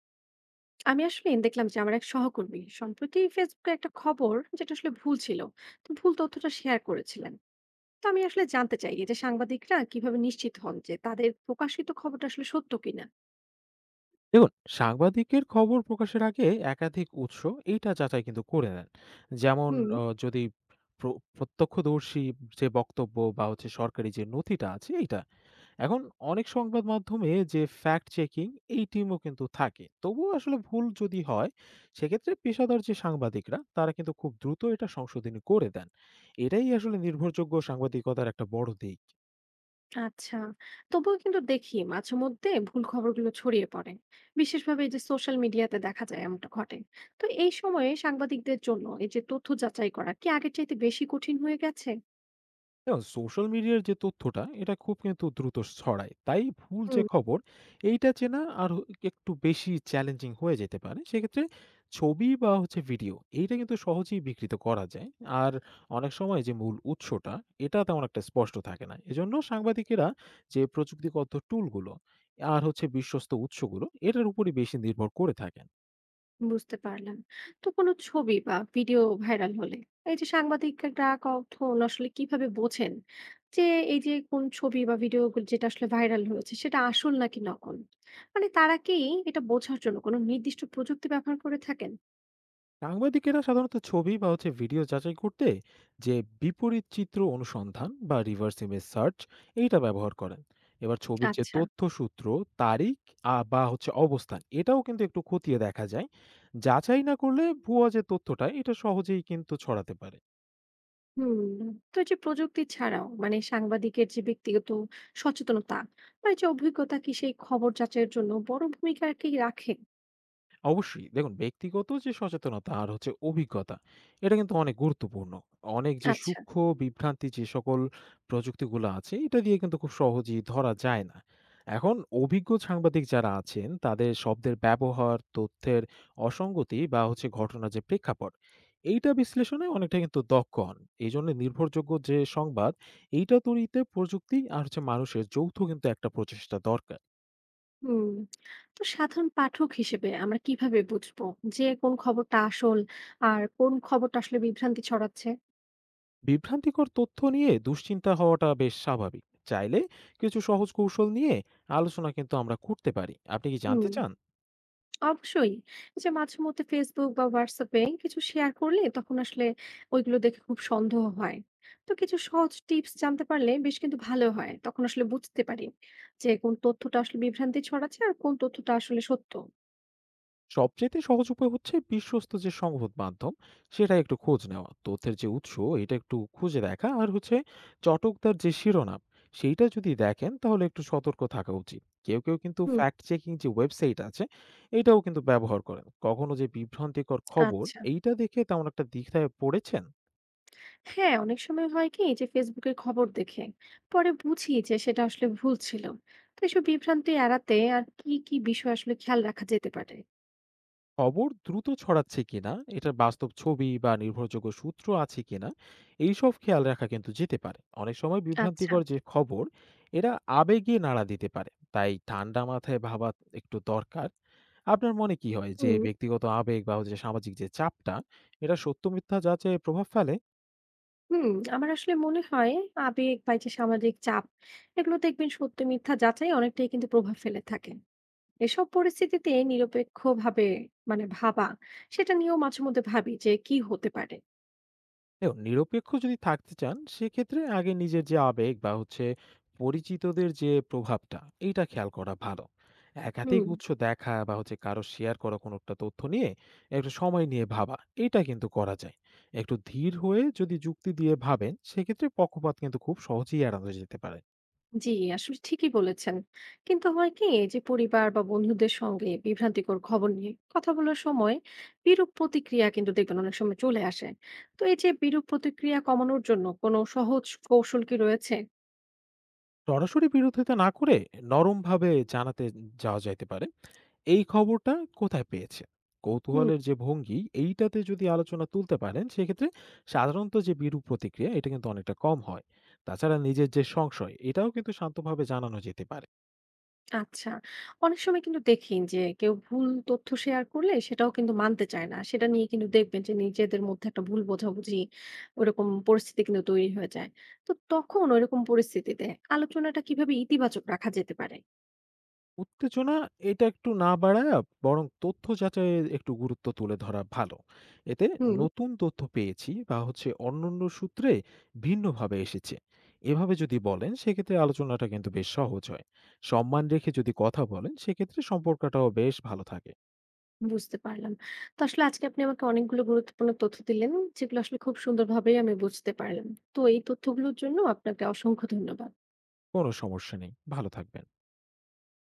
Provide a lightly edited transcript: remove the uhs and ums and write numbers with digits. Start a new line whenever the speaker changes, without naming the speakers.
আমি আসলে দেখলাম যে আমার এক সহকর্মী সম্প্রতি ফেসবুকে একটা খবর যেটা আসলে ভুল ছিল, তো ভুল তথ্যটা শেয়ার করেছিলেন। তো আমি আসলে জানতে চাই যে সাংবাদিকরা কিভাবে নিশ্চিত হন যে তাদের প্রকাশিত খবরটা আসলে সত্য কিনা।
দেখুন, সাংবাদিকের খবর প্রকাশের আগে একাধিক উৎস এইটা যাচাই কিন্তু করে নেন। যেমন
হুম।
যদি প্রত্যক্ষদর্শী যে বক্তব্য বা হচ্ছে সরকারি যে নথিটা আছে এইটা। এখন অনেক সংবাদ মাধ্যমে যে ফ্যাক্ট চেকিং এই টিমও কিন্তু থাকে, তবুও আসলে ভুল যদি হয় সেক্ষেত্রে পেশাদার যে সাংবাদিকরা তারা কিন্তু খুব দ্রুত এটা সংশোধনী করে দেন। এটাই আসলে নির্ভরযোগ্য সাংবাদিকতার একটা বড় দিক।
আচ্ছা, তবুও কিন্তু দেখি মাঝে মধ্যে ভুল খবরগুলো ছড়িয়ে পড়ে, বিশেষভাবে এই যে সোশ্যাল মিডিয়াতে দেখা যায় এমনটা ঘটে। তো এই সময়ে সাংবাদিকদের জন্য এই যে তথ্য যাচাই করা কি আগের চাইতে বেশি কঠিন হয়ে গেছে?
দেখুন, সোশ্যাল মিডিয়ার যে তথ্যটা এটা খুব কিন্তু দ্রুত ছড়ায়, তাই ভুল যে
হুম।
খবর এইটা চেনা আর একটু বেশি চ্যালেঞ্জিং হয়ে যেতে পারে সেক্ষেত্রে। ছবি বা হচ্ছে ভিডিও এইটা কিন্তু সহজেই বিকৃত করা যায়। আর অনেক সময় যে মূল উৎসটা এটা তেমন একটা স্পষ্ট থাকে না, এজন্য সাংবাদিকেরা যে প্রযুক্তিগত টুলগুলো আর হচ্ছে বিশ্বস্ত উৎসগুলো এটার উপরই বেশি নির্ভর করে থাকেন।
বুঝতে পারলাম। তো কোনো ছবি বা ভিডিও ভাইরাল হলে এই যে সাংবাদিকরা কখন আসলে কিভাবে বোঝেন যে এই যে কোন ছবি বা ভিডিও যেটা আসলে ভাইরাল হয়েছে সেটা আসল নাকি নকল? মানে তারা কি এটা বোঝার জন্য কোনো নির্দিষ্ট প্রযুক্তি ব্যবহার করে থাকেন?
সাংবাদিকেরা সাধারণত ছবি বা হচ্ছে ভিডিও যাচাই করতে যে বিপরীত চিত্র অনুসন্ধান বা রিভার্স ইমেজ সার্চ এইটা ব্যবহার করেন। এবার ছবির যে
আচ্ছা।
তথ্যসূত্র, তারিখ, বা হচ্ছে অবস্থান এটাও কিন্তু একটু খতিয়ে দেখা যায়। যাচাই না করলে ভুয়া যে তথ্যটা এটা সহজেই কিন্তু ছড়াতে পারে।
হুম। তো এই যে প্রযুক্তি ছাড়াও মানে সাংবাদিকের যে ব্যক্তিগত সচেতনতা বা এই যে অভিজ্ঞতা কি সেই খবর যাচাইয়ের জন্য বড় ভূমিকা কি রাখে?
অবশ্যই। দেখুন, ব্যক্তিগত যে সচেতনতা আর হচ্ছে অভিজ্ঞতা, এটা কিন্তু অনেক গুরুত্বপূর্ণ। অনেক যে
আচ্ছা।
সূক্ষ্ম বিভ্রান্তি যে সকল প্রযুক্তিগুলো আছে, এটা দিয়ে কিন্তু খুব সহজেই ধরা যায় না। এখন অভিজ্ঞ সাংবাদিক যারা আছেন, তাদের শব্দের ব্যবহার, তথ্যের অসঙ্গতি বা হচ্ছে ঘটনার যে প্রেক্ষাপট, এইটা বিশ্লেষণে অনেকটা কিন্তু দক্ষ হন। এইজন্য নির্ভরযোগ্য যে সংবাদ, এইটা তৈরিতে প্রযুক্তি আর হচ্ছে মানুষের যৌথ কিন্তু একটা প্রচেষ্টা দরকার।
হুম। তো সাধারণ পাঠক হিসেবে আমরা কিভাবে বুঝবো যে কোন খবরটা আসল আর কোন খবরটা আসলে বিভ্রান্তি ছড়াচ্ছে?
বিভ্রান্তিকর তথ্য নিয়ে দুশ্চিন্তা হওয়াটা বেশ স্বাভাবিক। চাইলে কিছু সহজ কৌশল নিয়ে আলোচনা কিন্তু আমরা করতে পারি। আপনি কি জানতে
হুম,
চান?
অবশ্যই। এই যে মাঝে মধ্যে ফেসবুক বা হোয়াটসঅ্যাপে কিছু শেয়ার করলে তখন আসলে ওইগুলো দেখে খুব সন্দেহ হয়। তো কিছু সহজ টিপস জানতে পারলে বেশ কিন্তু ভালো হয়, তখন আসলে বুঝতে পারি যে কোন তথ্যটা আসলে বিভ্রান্তি ছড়াচ্ছে আর কোন তথ্যটা আসলে সত্য।
সবচেয়ে সহজ উপায় হচ্ছে বিশ্বস্ত যে সংবাদ মাধ্যম সেটা একটু খোঁজ নেওয়া, তথ্যের যে উৎস এটা একটু খুঁজে দেখা, আর হচ্ছে চটকদার যে শিরোনাম সেইটা যদি দেখেন তাহলে একটু সতর্ক থাকা উচিত। কেউ কেউ কিন্তু
হুম।
ফ্যাক্ট চেকিং যে ওয়েবসাইট আছে এটাও কিন্তু ব্যবহার করেন। কখনো যে বিভ্রান্তিকর খবর
আচ্ছা।
এইটা দেখে তেমন একটা দ্বিধায় পড়েছেন?
হ্যাঁ, অনেক সময় হয় কি যে ফেসবুকের খবর দেখে পরে বুঝি যে সেটা আসলে ভুল ছিল। তো এসব বিভ্রান্তি এড়াতে আর কি কি বিষয় আসলে খেয়াল রাখা যেতে পারে?
খবর দ্রুত ছড়াচ্ছে কিনা, এটার বাস্তব ছবি বা নির্ভরযোগ্য সূত্র আছে কিনা, এইসব খেয়াল রাখা কিন্তু যেতে পারে। অনেক সময়
আচ্ছা।
বিভ্রান্তিকর যে খবর, এরা আবেগে নাড়া দিতে পারে। তাই ঠান্ডা মাথায় ভাবা একটু দরকার। আপনার মনে কি হয় যে
হুম।
ব্যক্তিগত আবেগ বা হচ্ছে সামাজিক যে চাপটা, এটা সত্য মিথ্যা যাচাইয়ে প্রভাব ফেলে?
হুম আমার আসলে মনে হয় আবেগ বা এই যে সামাজিক চাপ, এগুলো দেখবেন সত্য মিথ্যা যাচাই অনেকটাই কিন্তু প্রভাব ফেলে থাকে। এসব পরিস্থিতিতে নিরপেক্ষ ভাবে, মানে ভাবা, সেটা নিয়েও মাঝে মধ্যে ভাবি যে কি হতে পারে।
দেখুন, নিরপেক্ষ যদি থাকতে চান সেক্ষেত্রে আগে নিজের যে আবেগ বা হচ্ছে পরিচিতদের যে প্রভাবটা এইটা খেয়াল করা ভালো। একাধিক
হুম।
উৎস দেখা বা হচ্ছে কারো শেয়ার করা কোনো একটা তথ্য নিয়ে একটু সময় নিয়ে ভাবা এটা কিন্তু করা যায়। একটু ধীর হয়ে যদি যুক্তি দিয়ে ভাবেন সেক্ষেত্রে পক্ষপাত কিন্তু খুব সহজেই এড়ানো যেতে পারে।
জি, আসলে ঠিকই বলেছেন। কিন্তু হয় কি এই যে পরিবার বা বন্ধুদের সঙ্গে বিভ্রান্তিকর খবর নিয়ে কথা বলার সময় বিরূপ প্রতিক্রিয়া কিন্তু দেখবেন অনেক সময় চলে আসে। তো এই যে বিরূপ প্রতিক্রিয়া কমানোর জন্য কোনো সহজ কৌশল কি রয়েছে?
সরাসরি বিরোধিতা না করে নরমভাবে জানাতে যাওয়া যাইতে পারে এই খবরটা কোথায় পেয়েছে?
হুম।
কৌতূহলের যে ভঙ্গি, এইটাতে যদি আলোচনা তুলতে পারেন, সেক্ষেত্রে সাধারণত যে বিরূপ প্রতিক্রিয়া, এটা কিন্তু অনেকটা কম হয়। তাছাড়া নিজের যে সংশয়, এটাও কিন্তু শান্তভাবে জানানো যেতে পারে।
আচ্ছা। অনেক সময় কিন্তু দেখি যে কেউ ভুল তথ্য শেয়ার করলে সেটাও কিন্তু মানতে চায় না। সেটা নিয়ে কিন্তু দেখবেন যে নিজেদের মধ্যে একটা ভুল বোঝাবুঝি ওরকম পরিস্থিতি কিন্তু তৈরি হয়ে যায়। তো তখন ওইরকম পরিস্থিতিতে আলোচনাটা কিভাবে ইতিবাচক রাখা যেতে পারে?
উত্তেজনা এটা একটু না বাড়ায়, বরং তথ্য যাচাইয়ের একটু গুরুত্ব তুলে ধরা ভালো। এতে
হুম।
নতুন তথ্য পেয়েছি বা হচ্ছে অন্যান্য সূত্রে ভিন্নভাবে এসেছে। এভাবে যদি বলেন, সেক্ষেত্রে আলোচনাটা কিন্তু বেশ সহজ হয়। সম্মান রেখে যদি কথা বলেন, সেক্ষেত্রে সম্পর্কটাও বেশ ভালো থাকে।
বুঝতে পারলাম। তো আসলে আজকে আপনি আমাকে অনেকগুলো গুরুত্বপূর্ণ তথ্য দিলেন, যেগুলো আসলে খুব সুন্দরভাবেই আমি বুঝতে পারলাম। তো এই তথ্যগুলোর জন্য আপনাকে অসংখ্য ধন্যবাদ।
কোনো সমস্যা নেই। ভালো থাকবেন।